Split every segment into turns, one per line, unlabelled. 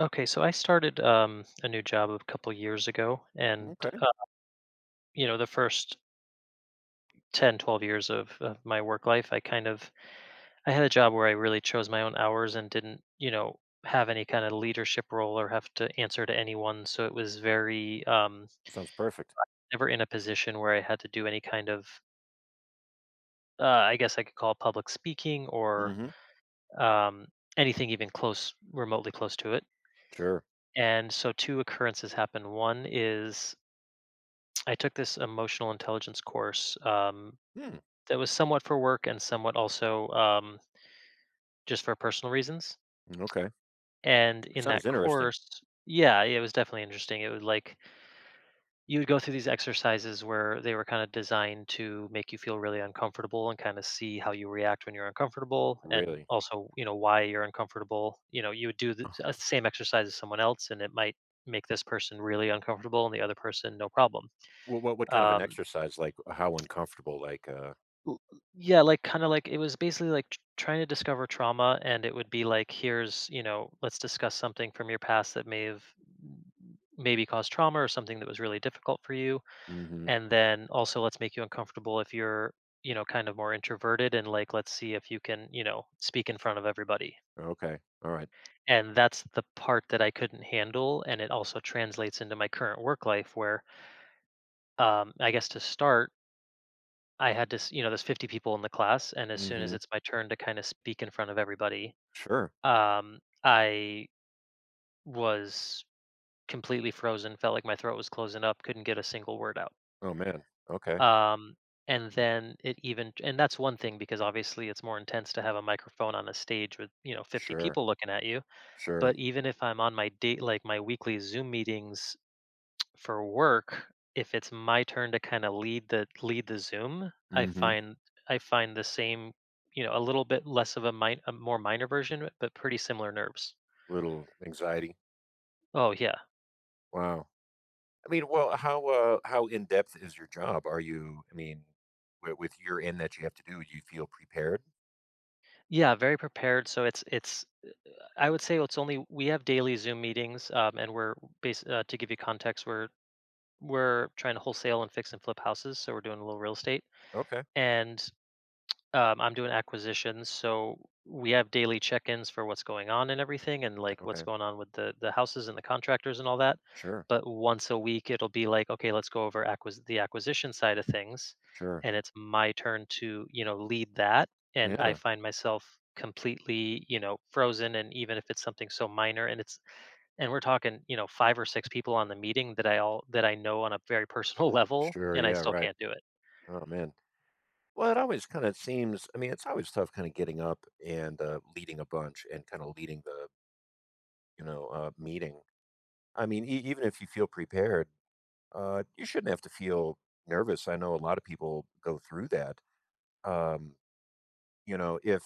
Okay, so I started a new job a couple years ago, and
Okay.
uh, you know, the first 10, 12 years of my work life, I kind of I had a job where I really chose my own hours and didn't, have any kind of leadership role or have to answer to anyone. So it was very
Sounds perfect.
never in a position where I had to do any kind of, I guess I could call it public speaking or
Hmm.
um, anything even close, remotely close to it.
Sure.
And so two occurrences happened. One is I took this emotional intelligence course
Hmm.
that was somewhat for work and somewhat also just for personal reasons.
Okay.
And in
Sounds
that
interesting.
course, yeah, it was definitely interesting. It was like you would go through these exercises where they were kind of designed to make you feel really uncomfortable and kind of see how you react when you're uncomfortable and
Really.
also, why you're uncomfortable. You know, you would do the same exercise as someone else and it might make this person really uncomfortable and the other person no problem.
What kind of an
um,
exercise? Like how uncomfortable? Like.
L Yeah, like, kinda like it was basically like tr trying to discover trauma, and it would be like, "Here's," you know, "let's discuss something from your past that may have maybe caused trauma or something that was really difficult for you,
Hmm.
and then also let's make you uncomfortable if you're, kind of more introverted, and, like, let's see if you can, speak in front of everybody."
Okay. All right.
And that's the part that I couldn't handle, and it also translates into my current work life where, I guess to start I had to s you know, there's 50 people in the class, and as soon as
Mm-hmm.
it's my turn to kinda speak in front of everybody,
Sure.
I was completely frozen, felt like my throat was closing up, couldn't get a single word out.
Oh man. Okay.
Um, and then it even and that's one thing because obviously it's more intense to have a microphone on a stage with, 50
Sure.
people looking at you,
Sure.
but even if I'm on my date, like, my weekly Zoom meetings for work, if it's my turn to kind of lead the Zoom, I
Mm-hmm.
find I find the same, you know, a little bit less of a, min- a more minor version, but pretty similar nerves.
Little anxiety.
Oh yeah,
Wow. I mean, well, how in depth is your job? Are you? I mean, with your in that you have to do, you feel prepared?
yeah, very prepared. So it's I would say it's only we have daily Zoom meetings, and we're bas to give you context, we're trying to wholesale and fix and flip houses, so we're doing a little real estate,
Okay.
and I'm doing acquisitions, so we have daily check-ins for what's going on and everything, and like what's
Okay.
going on with the houses and the contractors and all that.
Sure.
But once a week, it'll be like, okay, let's go over the acquisition side of things,
Sure.
and it's my turn to lead that, and I
Yeah.
find myself completely frozen, and even if it's something so minor, and it's and we're talking, 5 or 6 people on the meeting that I all that I know on a very personal level,
Sure.
and I
Yeah.
still
Right.
can't do it.
Oh man. Well, it always kinda seems, I mean, it's always tough kinda getting up and leading a bunch and kinda leading the meeting. I mean, e even if you feel prepared, you shouldn't have to feel nervous. I know a lot of people go through that. Um, if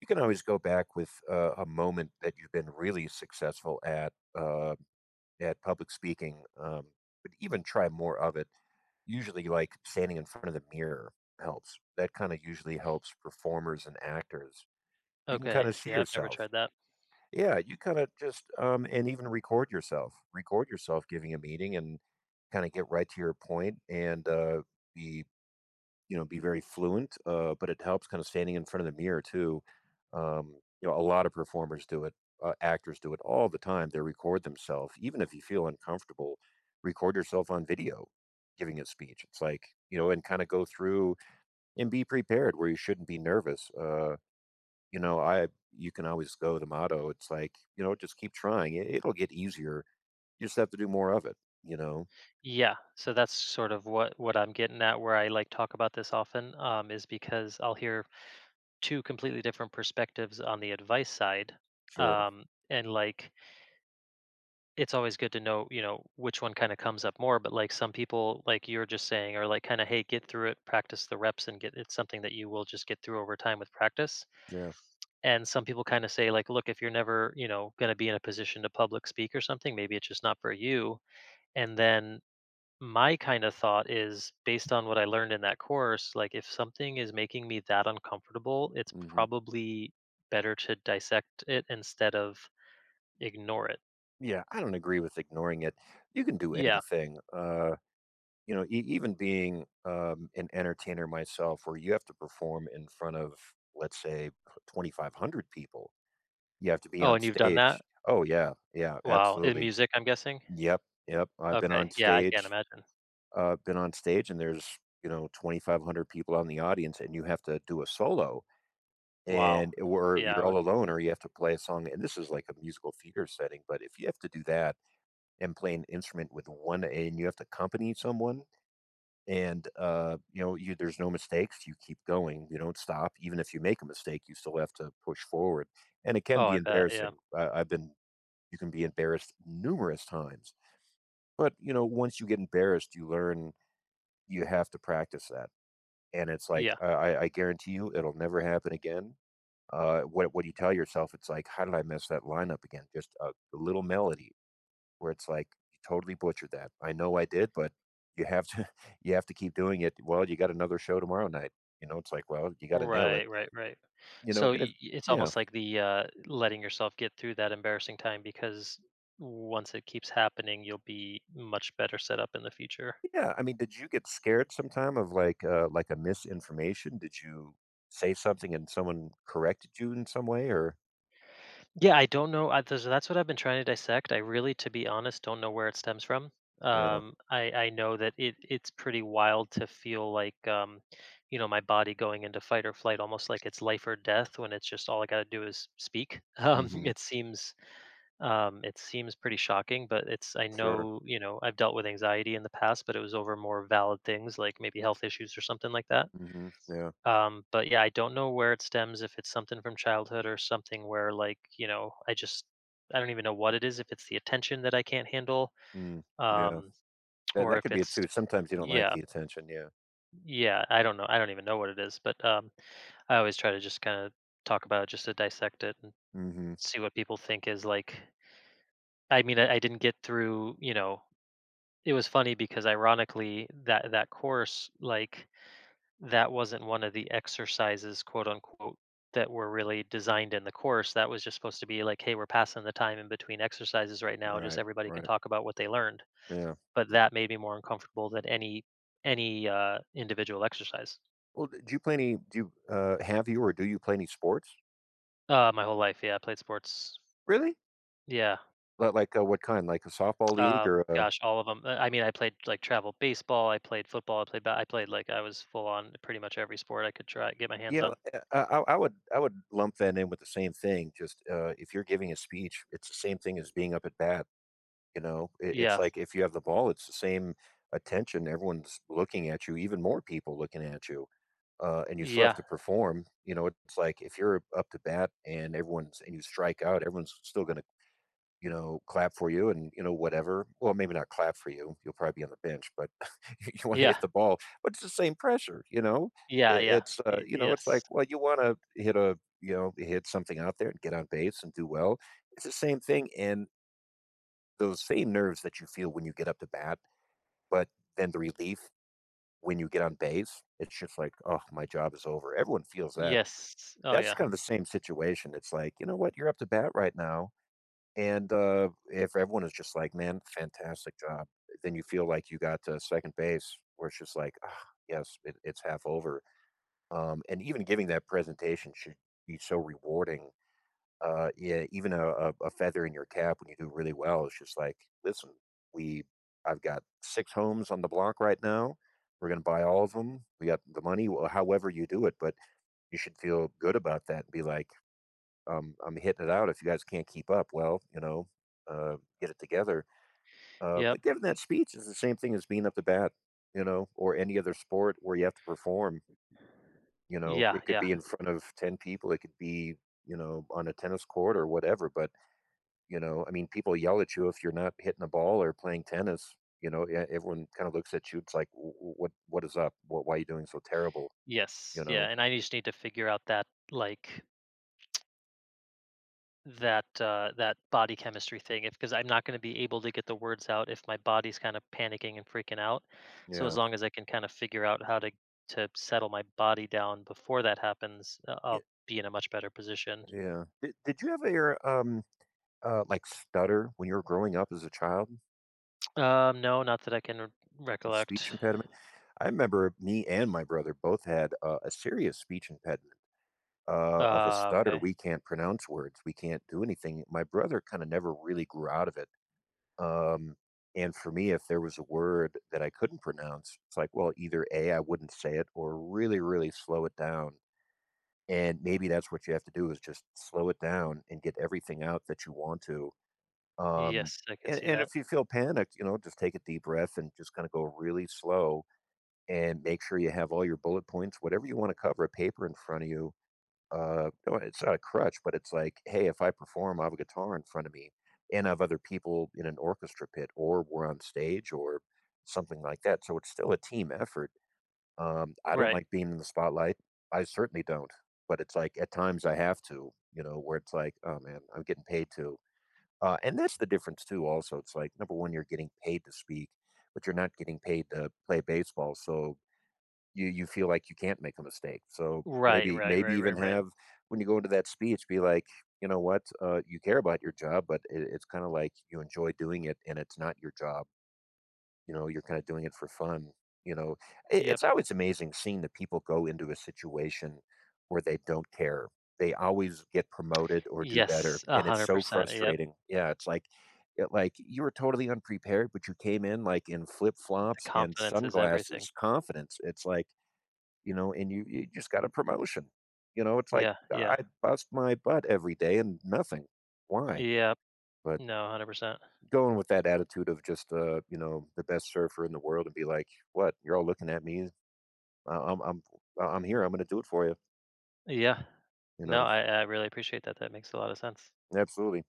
you can always go back with a moment that you've been really successful at public speaking, but even try more of it. Usually, like, standing in front of the mirror helps. That kinda usually helps performers and actors. You can kinda
Okay,
see
yeah, I've never
yourself.
tried that.
Yeah, you kinda just, and even record yourself. Record yourself giving a meeting and kinda get right to your point and, be be very fluent, but it helps kinda standing in front of the mirror too. A lot of performers do it, actors do it all the time. They record themselves. Even if you feel uncomfortable, record yourself on video giving a speech. It's like, and kinda go through and be prepared where you shouldn't be nervous, you know, I you can always go the motto. It's like, just keep trying. It'll get easier. You just have to do more of it, you know?
Yeah, so that's sort of what I'm getting at where I, like, talk about this often, is because I'll hear two completely different perspectives on the advice side,
Sure.
um, and, like, it's always good to know, which one kind of comes up more. But like some people, like you're just saying, are like kind of, hey, get through it, practice the reps, and get it's something that you will just get through over time with practice.
Yeah.
And some people kind of say, like, look, if you're never, going to be in a position to public speak or something, maybe it's just not for you. And then my kind of thought is based on what I learned in that course, like if something is making me that uncomfortable, it's
Hmm.
probably better to dissect it instead of ignore it.
Yeah. I don't agree with ignoring it. You can do
Yeah.
anything. Even being an entertainer myself, where you have to perform in front of, let's say, 2,500 people, you have to be
Oh,
on
and you've done that?
stage. Oh, yeah. Yeah.
Wow, in
Absolutely.
music, I'm guessing?
Yep. Yep. I've been on
Okay, yeah, I can't
stage,
imagine.
been on stage, and there's 2,500 people on the audience, and you have to do a solo and
Wow.
or
Yeah,
you're
I
all
would.
alone or you have to play a song, and this is like a musical theater setting, but if you have to do that and play an instrument with one and you have to accompany someone, and you there's no mistakes. You keep going, you don't stop even if you make a mistake, you still have to push forward, and it can
Oh,
be
I bet, yeah.
embarrassing. I, I've been you can be embarrassed numerous times, but once you get embarrassed you learn you have to practice that. And it's like,
Yeah.
I guarantee you it'll never happen again. What you tell yourself, it's like, how did I mess that line up again? Just a little melody where it's like, you totally butchered that. I know I did, but you have to you have to keep doing it. Well, you got another show tomorrow night. It's like, well, you got to nail it.
Right, right, right.
You know,
So,
and if
y y it's
yeah,
almost like the, letting yourself get through that embarrassing time because once it keeps happening, you'll be much better set up in the future.
yeah. I mean, did you get scared sometime of like a misinformation? Did you say something and someone corrected you in some way, or
Yeah, I don't know. I, that's what I've been trying to dissect. I really, to be honest, don't know where it stems from.
yeah?
I know that it's pretty wild to feel like you know, my body going into fight or flight, almost like it's life or death when it's just all I got to do is speak.
Mm-hmm.
It seems pretty shocking, but it's I
Sure.
know, I've dealt with anxiety in the past, but it was over more valid things like maybe health issues or something like that.
Mm-hmm. Yeah.
But yeah, I don't know where it stems, if it's something from childhood or something where, like, I just I don't even know what it is, if it's the attention that I can't handle,
Mm. Yeah.
um,
That
or
that
if
could be it
it's
too. Sometimes you don't like
yeah,
the attention, yeah.
yeah, I don't know. I don't even know what it is, but I always try to just kind of talk about it just to dissect it and
Mhm.
see what people think is like. I mean, I didn't get through, it was funny because ironically that course, like that wasn't one of the exercises, quote unquote, that were really designed in the course. That was just supposed to be like, hey, we're passing the time in between exercises right now. Just
Right,
everybody can
right.
talk about what they learned.
Yeah.
But that made me more uncomfortable than any individual exercise.
Well, d do you play any do you, have you or do you play any sports?
My whole life, yeah, I played sports.
Really?
Yeah,
Li like, what kind? Like a softball league or a.
gosh, all of them. I mean, I played like travel baseball. I played football. I played. I played like I was full on pretty much every sport I could try get my hands
Yeah, well,
on.
I would lump that in with the same thing, just, if you're giving a speech, it's the same thing as being up at bat. It's
Yeah,
like if you have the ball, it's the same attention. Everyone's looking at you, even more people looking at you, and you still have
yeah,
to perform. It's like if you're up to bat and everyone's and you strike out, everyone's still going to clap for you and whatever. Well, maybe not clap for you. You'll probably be on the bench, but you want to
yeah,
hit the ball. But it's the same pressure. You know,
yeah,
it,
yeah.
it's uh,
Y-
you know, it's like,
yes,
well, you want to hit a you know hit something out there and get on base and do well. It's the same thing, and those same nerves that you feel when you get up to bat, but then the relief when you get on base, it's just like, oh, my job is over. Everyone feels that.
Yes. Oh
That's
yeah.
kind of the same situation. It's like, you know what, you're up to bat right now. And if everyone is just like, man, fantastic job, then you feel like you got to second base where it's just like, ah, yes, it's half over. And even giving that presentation should be so rewarding, yeah, even a feather in your cap when you do really well. It's just like, listen, we, I've got six homes on the block right now. We're going to buy all of them. We got the money, well, however you do it, but you should feel good about that and be like, I'm hitting it out. If you guys can't keep up, well, get it together. Uh,
Yep.
but giving that speech is the same thing as being up the bat, or any other sport where you have to perform. You know,
Yeah,
it could
yeah.
be in front of 10 people, it could be, on a tennis court or whatever, but people yell at you if you're not hitting the ball or playing tennis. Everyone kind of looks at you. It's like, "What is up? Why are you doing so terrible?" You
Yes.
know?
Yeah, and I just need to figure out that like that body chemistry thing if because I'm not going to be able to get the words out if my body's kind of panicking and freaking out. So as
Yeah,
long as I can kind of figure out how to settle my body down before that happens,
Y-
I'll be in a much better position.
yeah. Did you ever hear, like stutter when you were growing up as a child
No, not that I can
and
recollect.
speech impediment? I remember me and my brother both had a serious speech impediment, of a stutter.
Okay.
We can't pronounce words. We can't do anything. My brother kind of never really grew out of it. Um, and for me, if there was a word that I couldn't pronounce, it's like, well, either A, I wouldn't say it, or really, really slow it down. And maybe that's what you have to do, is just slow it down and get everything out that you want to. Um,
Yes, I could
and,
see
and
that.
if you feel panicked, just take a deep breath and just kind of go really slow, and make sure you have all your bullet points, whatever you want to cover, a paper in front of you. No, it's not a crutch, but it's like, hey, if I perform, I have a guitar in front of me and I have other people in an orchestra pit or we're on stage or something like that. So it's still a team effort. I don't
Right.
like being in the spotlight. I certainly don't. But it's like at times I have to, where it's like, oh man, I'm getting paid to. And that's the difference too. Also, it's like number one, you're getting paid to speak, but you're not getting paid to play baseball. So you feel like you can't make a mistake. So
Right,
maybe
right,
maybe
right, right,
even
right.
have when you go into that speech, be like, you know what, you care about your job, but it's kind of like you enjoy doing it, and it's not your job. You're kind of doing it for fun. You know, it,
Yep.
it's always amazing seeing the people go into a situation where they don't care. They always get promoted or do better,
Yes,
and it's so
100%, yep.
frustrating. Yeah, it's like like you were totally unprepared, but you came in like in flip
The
flops and
confidence is everything.
sunglasses, confidence. It's like and you just got a promotion. It's like
Yeah, yeah.
I bust my butt every day and nothing. Why?
Yep.
But
No, 100%.
going with that attitude of just the best surfer in the world and be like, "What? You're all looking at me. I- I'm I'm I'm here. I'm going to do it for you."
Yeah.
You
No,
know,
I really appreciate that, that makes a lot of sense.
absolutely.